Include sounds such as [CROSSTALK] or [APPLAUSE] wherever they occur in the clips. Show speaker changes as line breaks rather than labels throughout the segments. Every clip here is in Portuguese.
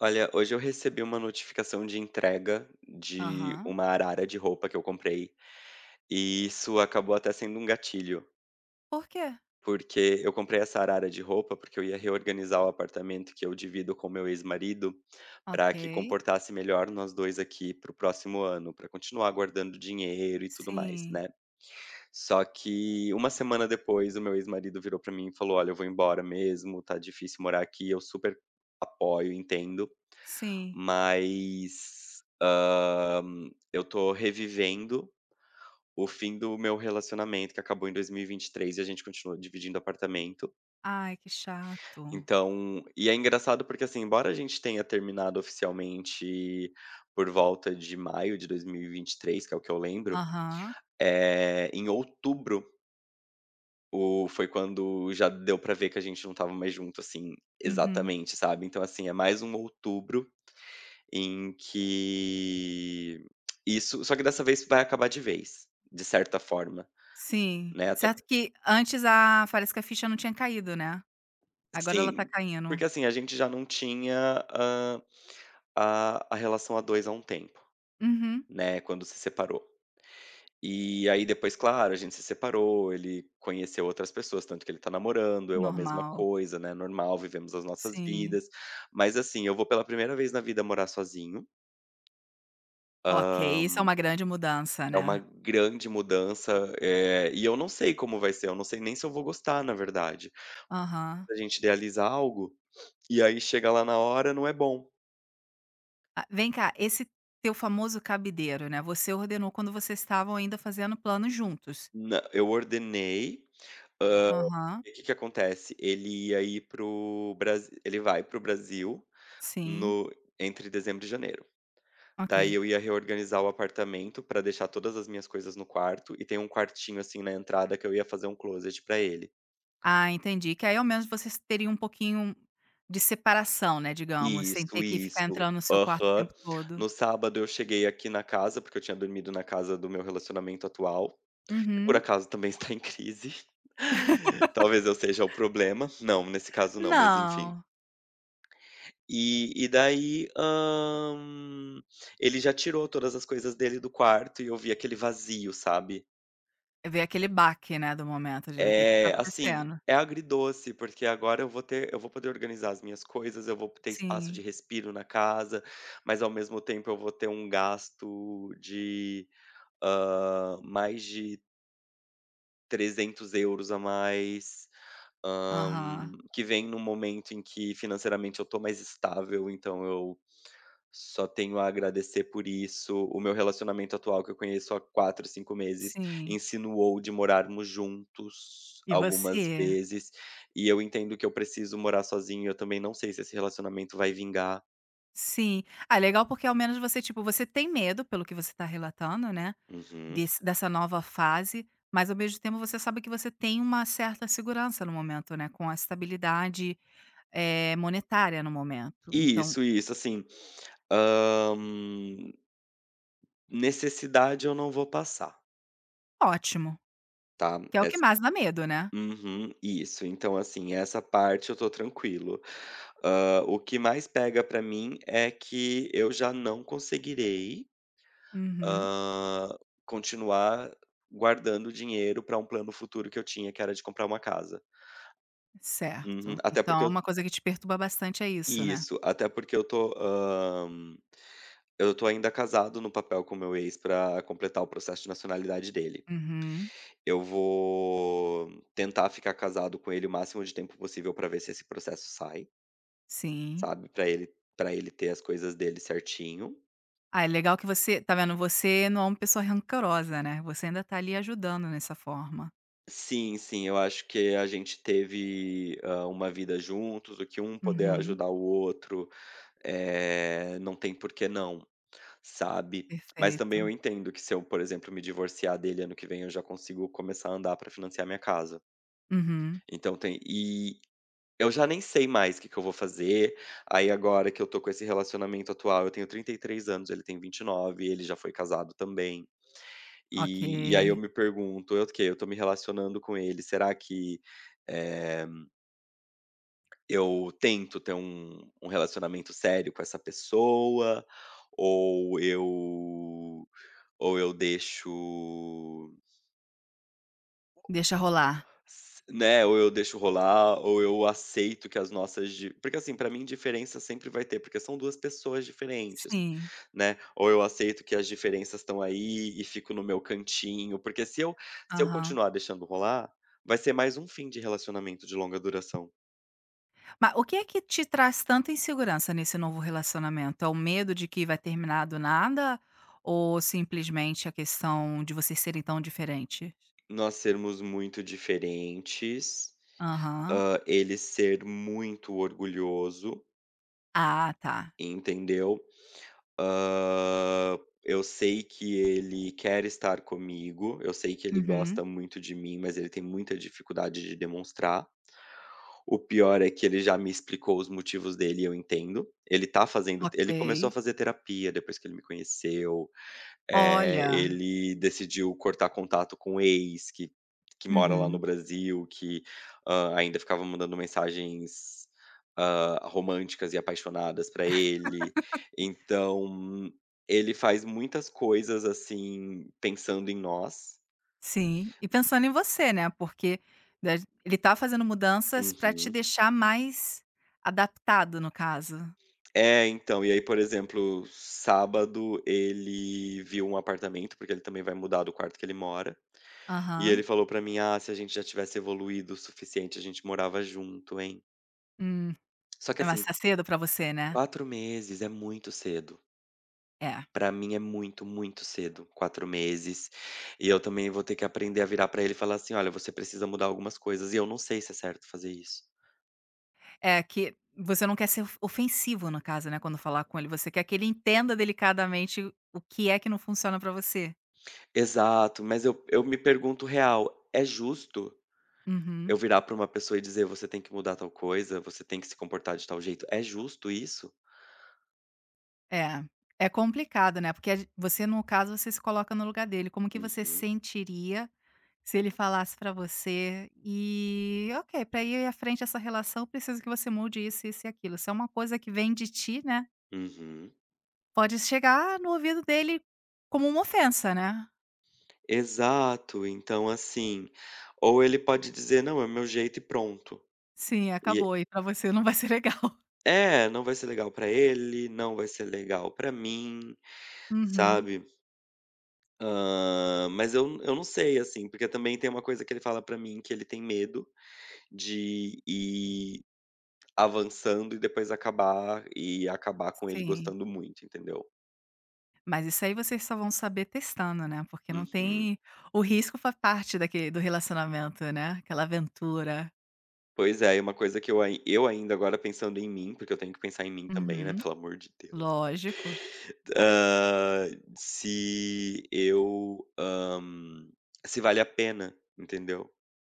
Olha, hoje eu recebi uma notificação de entrega de
Aham.
uma arara de roupa que eu comprei, e isso acabou até sendo um gatilho,
Por quê?
porque eu comprei essa arara de roupa porque eu ia reorganizar o apartamento que eu divido com meu ex-marido
Ok.
para que comportasse melhor nós dois aqui para o próximo ano, para continuar guardando dinheiro e tudo mais,
Sim,
né. Só que uma semana depois o meu ex-marido virou para mim e falou: "Olha, eu vou embora mesmo, tá difícil morar aqui". Eu super apoio, entendo,
sim.
mas, eu tô revivendo o fim do meu relacionamento que acabou em dois mil e vinte e três e a gente continua dividindo apartamento.
Ai, que chato.
Então é engraçado porque, assim, embora a gente tenha terminado oficialmente por volta de maio de dois mil e vinte e três, que é o que eu lembro,
Aham.
é em outubro o foi quando já deu pra ver que a gente não estava mais junto, assim,
Uhum.
exatamente, sabe. Então, assim, é mais um outubro em que isso, só que dessa vez vai acabar de vez, de certa forma,
Sim.
né, até
Certo que antes a parece que a ficha não tinha caído, né. Agora ela tá
sim,
caindo.
porque, assim, a gente já não tinha, a relação a 2 há um tempo,
Uhum.
né, quando se separou. E aí depois, claro, a gente se separou, ele conheceu outras pessoas, tanto que ele tá namorando, eu a mesma
Normal.
coisa, né, normal, vivemos as nossas
Sim.
vidas. Mas, assim, eu vou pela primeira vez na vida morar sozinho.
Ok, isso é uma grande mudança,
É uma
né.
grande mudança, e eu não sei como vai ser, eu não sei nem se eu vou gostar, na verdade.
Aham.
A gente idealiza algo, e aí chega lá na hora, não é bom.
Ah, vem cá, esse teu famoso cabideiro, né, você ordenou quando vocês estavam ainda fazendo planos juntos?
Na Eu ordenei,
Aham.
e que acontece? Ele vai para o Brasil
Sim.
no entre dezembro e janeiro.
Ok.
Daí eu ia reorganizar o apartamento pra deixar todas as minhas coisas no quarto, e tem um quartinho, assim, na entrada que eu ia fazer um closet pra ele.
Ah, entendi. Que aí ao menos vocês teriam um pouquinho de separação, né, digamos, sem ter
Isso,
que ficar
isso.
entrando no seu quarto o
Aham.
tempo todo.
No sábado eu cheguei aqui na casa, porque eu tinha dormido na casa do meu relacionamento atual, que por
Uhum.
acaso também está em crise. [LAUGHS] Talvez eu seja o problema. Não, nesse caso não, mas enfim.
Não.
E daí, ele já tirou todas as coisas dele do quarto e eu vi aquele vazio, sabe?
Ver aquele baque, né, do momento de o que que tá
É, assim,
acontecendo.
é agridoce, porque agora eu vou poder organizar as minhas coisas, eu vou ter espaço de
Sim.
respiro na casa, mas ao mesmo tempo eu vou ter um gasto de, mais de 300 euros a mais, hã,
Aham.
que vem num momento em que financeiramente eu estou mais estável, então eu só tenho a agradecer por isso. O meu relacionamento atual, que eu conheço há 4 5 meses,
Sim.
insinuou de morarmos juntos
E
algumas
você?
vezes, e eu entendo que eu preciso morar sozinho, eu também não sei se esse relacionamento vai vingar.
Sim. Ah, legal porque ao menos você, tipo, você tem medo pelo que você tá relatando, né,
Uhum.
desse dessa nova fase, mas ao mesmo tempo você sabe que você tem uma certa segurança no momento, né, com a estabilidade monetária no momento, então
Isso, assim, hã, necessidade eu não vou passar,
ótimo,
tá?
que é o que mais dá medo, né.
Uhum, isso. Então, assim, essa parte eu tô tranquilo. O que mais pega pra mim é que eu já não conseguirei,
Uhum,
hã, continuar guardando dinheiro pra um plano futuro que eu tinha, que era de comprar uma casa. Uhum.
certo.
até
Então
porque
é
eu
uma coisa que te perturba bastante é isso, né.
Isso. Até porque eu tô, ainda casado no papel com o meu ex pra completar o processo de nacionalidade dele.
Uhum,
Eu vou tentar ficar casado com ele o máximo de tempo possível pra ver se esse processo sai.
sim.
Sabe, pra ele para ele ter as coisas dele certinho.
Ah, é legal que você tá vendo, você não é uma pessoa rancorosa, né, você ainda tá ali ajudando nessa forma.
Sim, sim, eu acho que a gente teve, uma vida juntos, o que um poder
Uhum,
ajudar o outro, não tem por que não, sabe. Mas também eu
perfeito.
entendo que se eu, por exemplo, me divorciar dele ano que vem, eu já consigo começar a andar para financiar minha casa.
Uhum,
Então tem e eu já nem sei mais o que que eu vou fazer, aí agora que eu tô com esse relacionamento atual, eu tenho 33 anos, ele tem 29. Ele já foi casado também. E aí eu
ok.
me pergunto: eu, "Ok, eu tô me relacionando com ele, será que, eh, eu tento ter um relacionamento sério com essa pessoa, ou eu deixo,
Deixa rolar.
S né, ou eu deixo rolar, ou eu aceito que as nossas di porque assim, pra mim diferença sempre vai ter, porque são 2 pessoas diferentes,
Sim,
né". Ou eu aceito que as diferenças estão aí e fico no meu cantinho, porque se eu
aham.
continuar deixando rolar, vai ser mais um fim de relacionamento de longa duração.
Mas o que é que te traz tanta insegurança nesse novo relacionamento? É o medo de que vai terminar do nada ou simplesmente a questão de vocês serem tão diferentes?
Nós sermos muito diferentes,
Aham.
ele ser muito orgulhoso,
Ah, tá.
entendeu? Eu sei que ele quer estar comigo, eu sei que ele
Uhum.
gosta muito de mim, mas ele tem muita dificuldade de demonstrar. O pior é que ele já me explicou os motivos dele e eu entendo. Ele tá fazendo
Ok.
Ele começou a fazer terapia depois que ele me conheceu,
Olha.
ele decidiu cortar contato com o ex que mora lá no
Uhum.
Brasil, que, ainda ficava mandando mensagens, românticas e apaixonadas pra ele. Então, ele faz muitas coisas, assim, pensando em nós.
Sim. E pensando em você, né? Porque da- ele tá fazendo mudanças pra te
Uhum.
deixar mais adaptado, no caso.
É, então, e aí, por exemplo, sábado ele viu um apartamento, porque ele também vai mudar do quarto que ele mora, e ele
Aham.
falou pra mim: "Ah, se a gente já tivesse evoluído o suficiente, a gente morava junto, hein".
Hum.
Só que
É
assim,
mais tá cedo pra você, né?
4 meses é muito cedo.
É.
Pra mim é muito, muito cedo, 4 meses. E eu também vou ter que aprender a virar pra ele e falar assim: "Olha, você precisa mudar algumas coisas e eu não sei se é certo fazer isso".
É, que você não quer ser of ofensivo, no caso, né, quando falar com ele, você quer que ele entenda delicadamente o que é que não funciona pra você.
Exato, mas eu me pergunto real, é justo
Uhum.
eu virar pra uma pessoa e dizer: "Você tem que mudar tal coisa, você tem que se comportar de tal jeito". É justo isso?
É. É complicado, né, porque a gen você, no caso, você se coloca no lugar dele, como que você
Uhum,
sentiria se ele falasse pra você: "E, ok, pra ir à frente essa relação, eu preciso que você mude isso, isso e aquilo". Se é uma coisa que vem de ti, né,
uhum.
pode chegar no ouvido dele como uma ofensa, né.
Exato, então assim, ou ele pode dizer: "Não, é meu jeito e pronto".
Sim, acabou, e pra você não vai ser legal. [LAUGHS]
É, não vai ser legal pra ele, não vai ser legal pra mim,
Uhum.
sabe. Mas eu não sei, assim, porque também tem uma coisa que ele fala pra mim, que ele tem medo de ir avançando e depois acabar, e acabar com ele
Sim.
gostando muito, entendeu.
Mas isso aí vocês só vão saber testando, né, porque não
Uhum.
tem o risco faz parte daque do relacionamento, né, aquela aventura.
Pois é, e uma coisa que eu ainda agora pensando em mim, porque eu tenho que pensar em mim também, né,
Uhum.
pelo amor de Deus.
Lógico.
Hã, se eu, hã, Se vale a pena, entendeu.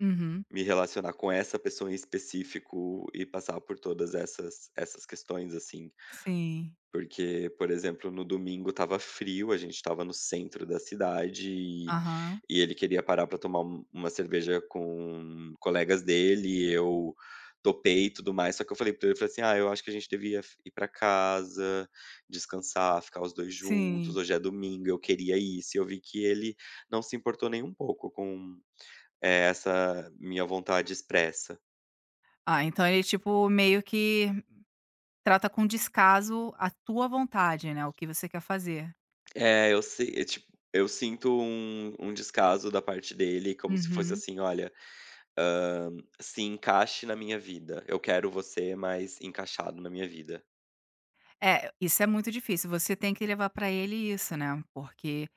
Uhum.
Me relacionar com essa pessoa em específico e passar por todas essas questões, assim.
Sim.
Porque, por exemplo, no domingo estava frio, a gente estava no centro da cidade e
Aham.
e ele queria parar pra tomar uma cerveja com colegas dele, e eu topei e tudo mais, só que eu falei pra ele, eu falei assim: "Ah, eu acho que a gente devia f ir pra casa, descansar, ficar os 2 juntos,
Sim.
hoje é domingo, eu queria isso", e eu vi que ele não se importou nem um pouco com essa minha vontade expressa.
Ah, então ele, tipo, meio que trata com descaso a tua vontade, né, o que você quer fazer.
É, eu sei é tipo, eu sinto um descaso da parte dele, como se fosse
Uhum.
assim: "Olha, hã, se encaixe na minha vida. Eu quero você mais encaixado na minha vida".
É, isso é muito difícil, você tem que levar pra ele isso, né, porque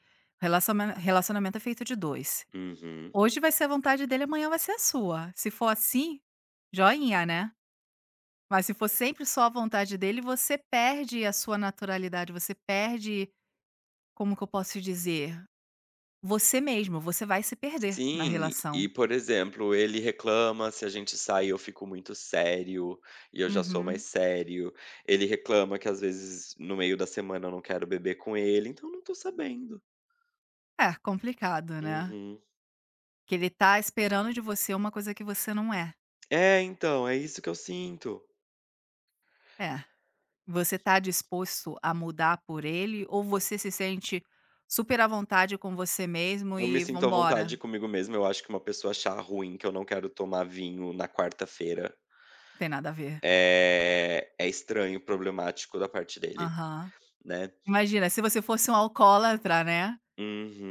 relacionamento é feito de 2.
Uhum.
Hoje vai ser a vontade dele, amanhã vai ser a sua. Se for assim, joinha, né. Mas se for sempre só a vontade dele, você perde a sua naturalidade, você perde como que eu posso dizer? Você mesmo, você vai se perder na
Sim,
relação.
e por exemplo, ele reclama se a gente sai, eu fico muito sério, e eu já sou mais
Uhum.
sério. Ele reclama que às vezes no meio da semana eu não quero beber com ele, então não tô sabendo.
É, complicado, né.
Uhum.
Que ele tá esperando de você uma coisa que você não é.
É, então, é isso que eu sinto.
É. Você tá disposto a mudar por ele ou você se sente super à vontade com você mesmo
Eu me
e vamos
sinto à
embora,
vontade
não
comigo mesmo, eu acho que uma pessoa achar ruim que eu não quero tomar vinho na quarta-feira,
tem nada a ver?
é estranho, problemático da parte dele,
Aham.
né.
Imagina, se você fosse um alcoólatra, né,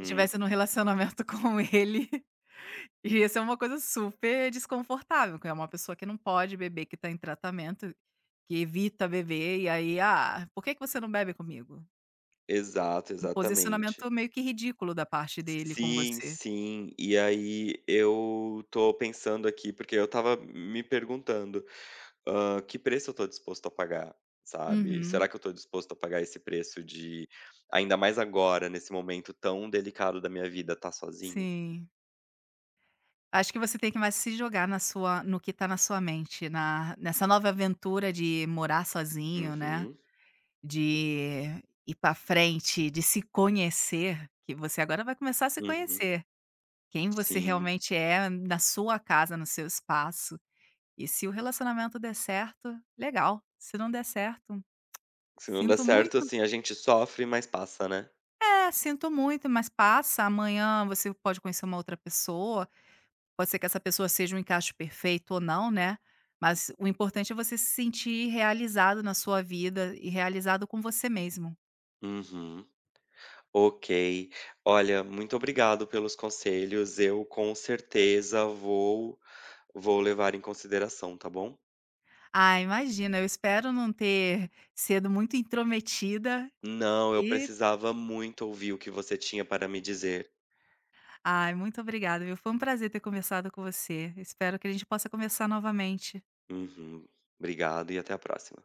e estivesse num relacionamento [LAUGHS] com ele, ia ser uma coisa super desconfortável, que é uma pessoa que não pode beber, que tá em tratamento, que evita beber, e aí: "Ah, por que que você não bebe comigo?".
Exato,
Um
exatamente.
posicionamento meio que ridículo da parte dele com
Sim,
você.
sim. E aí eu tô pensando aqui, porque eu estava me perguntando, que preço eu tô disposto a pagar, sabe.
Uhum,
Será que eu tô disposto a pagar esse preço de ainda mais agora, nesse momento tão delicado da minha vida, tá sozinho?
sim. Acho que você tem que mais se jogar na sua no que tá na sua mente, na nessa nova aventura de morar sozinho, né.
Uhum.
De ir para frente, de se conhecer, que você agora vai começar a se
Uhum.
conhecer. Quem você
Sim.
realmente é na sua casa, no seu espaço. E se o relacionamento der certo, legal. Se não der certo,
Se não dá
sinto muito.
certo, assim, a gente sofre, mas passa, né.
É, sinto muito, mas passa. Amanhã você pode conhecer uma outra pessoa. Pode ser que essa pessoa seja um encaixe perfeito ou não, né. Mas o importante é você se sentir realizado na sua vida e realizado com você mesmo.
Uhum. Ok. Olha, muito obrigado pelos conselhos. Eu com certeza vou levar em consideração, tá bom.
Ah, imagina, eu espero não ter sido muito intrometida
Não, eu
e
precisava muito ouvir o que você tinha para me dizer.
ai, muito obrigada, viu. Foi um prazer ter conversado com você. Espero que a gente possa conversar novamente.
Uhum. Obrigado e até a próxima.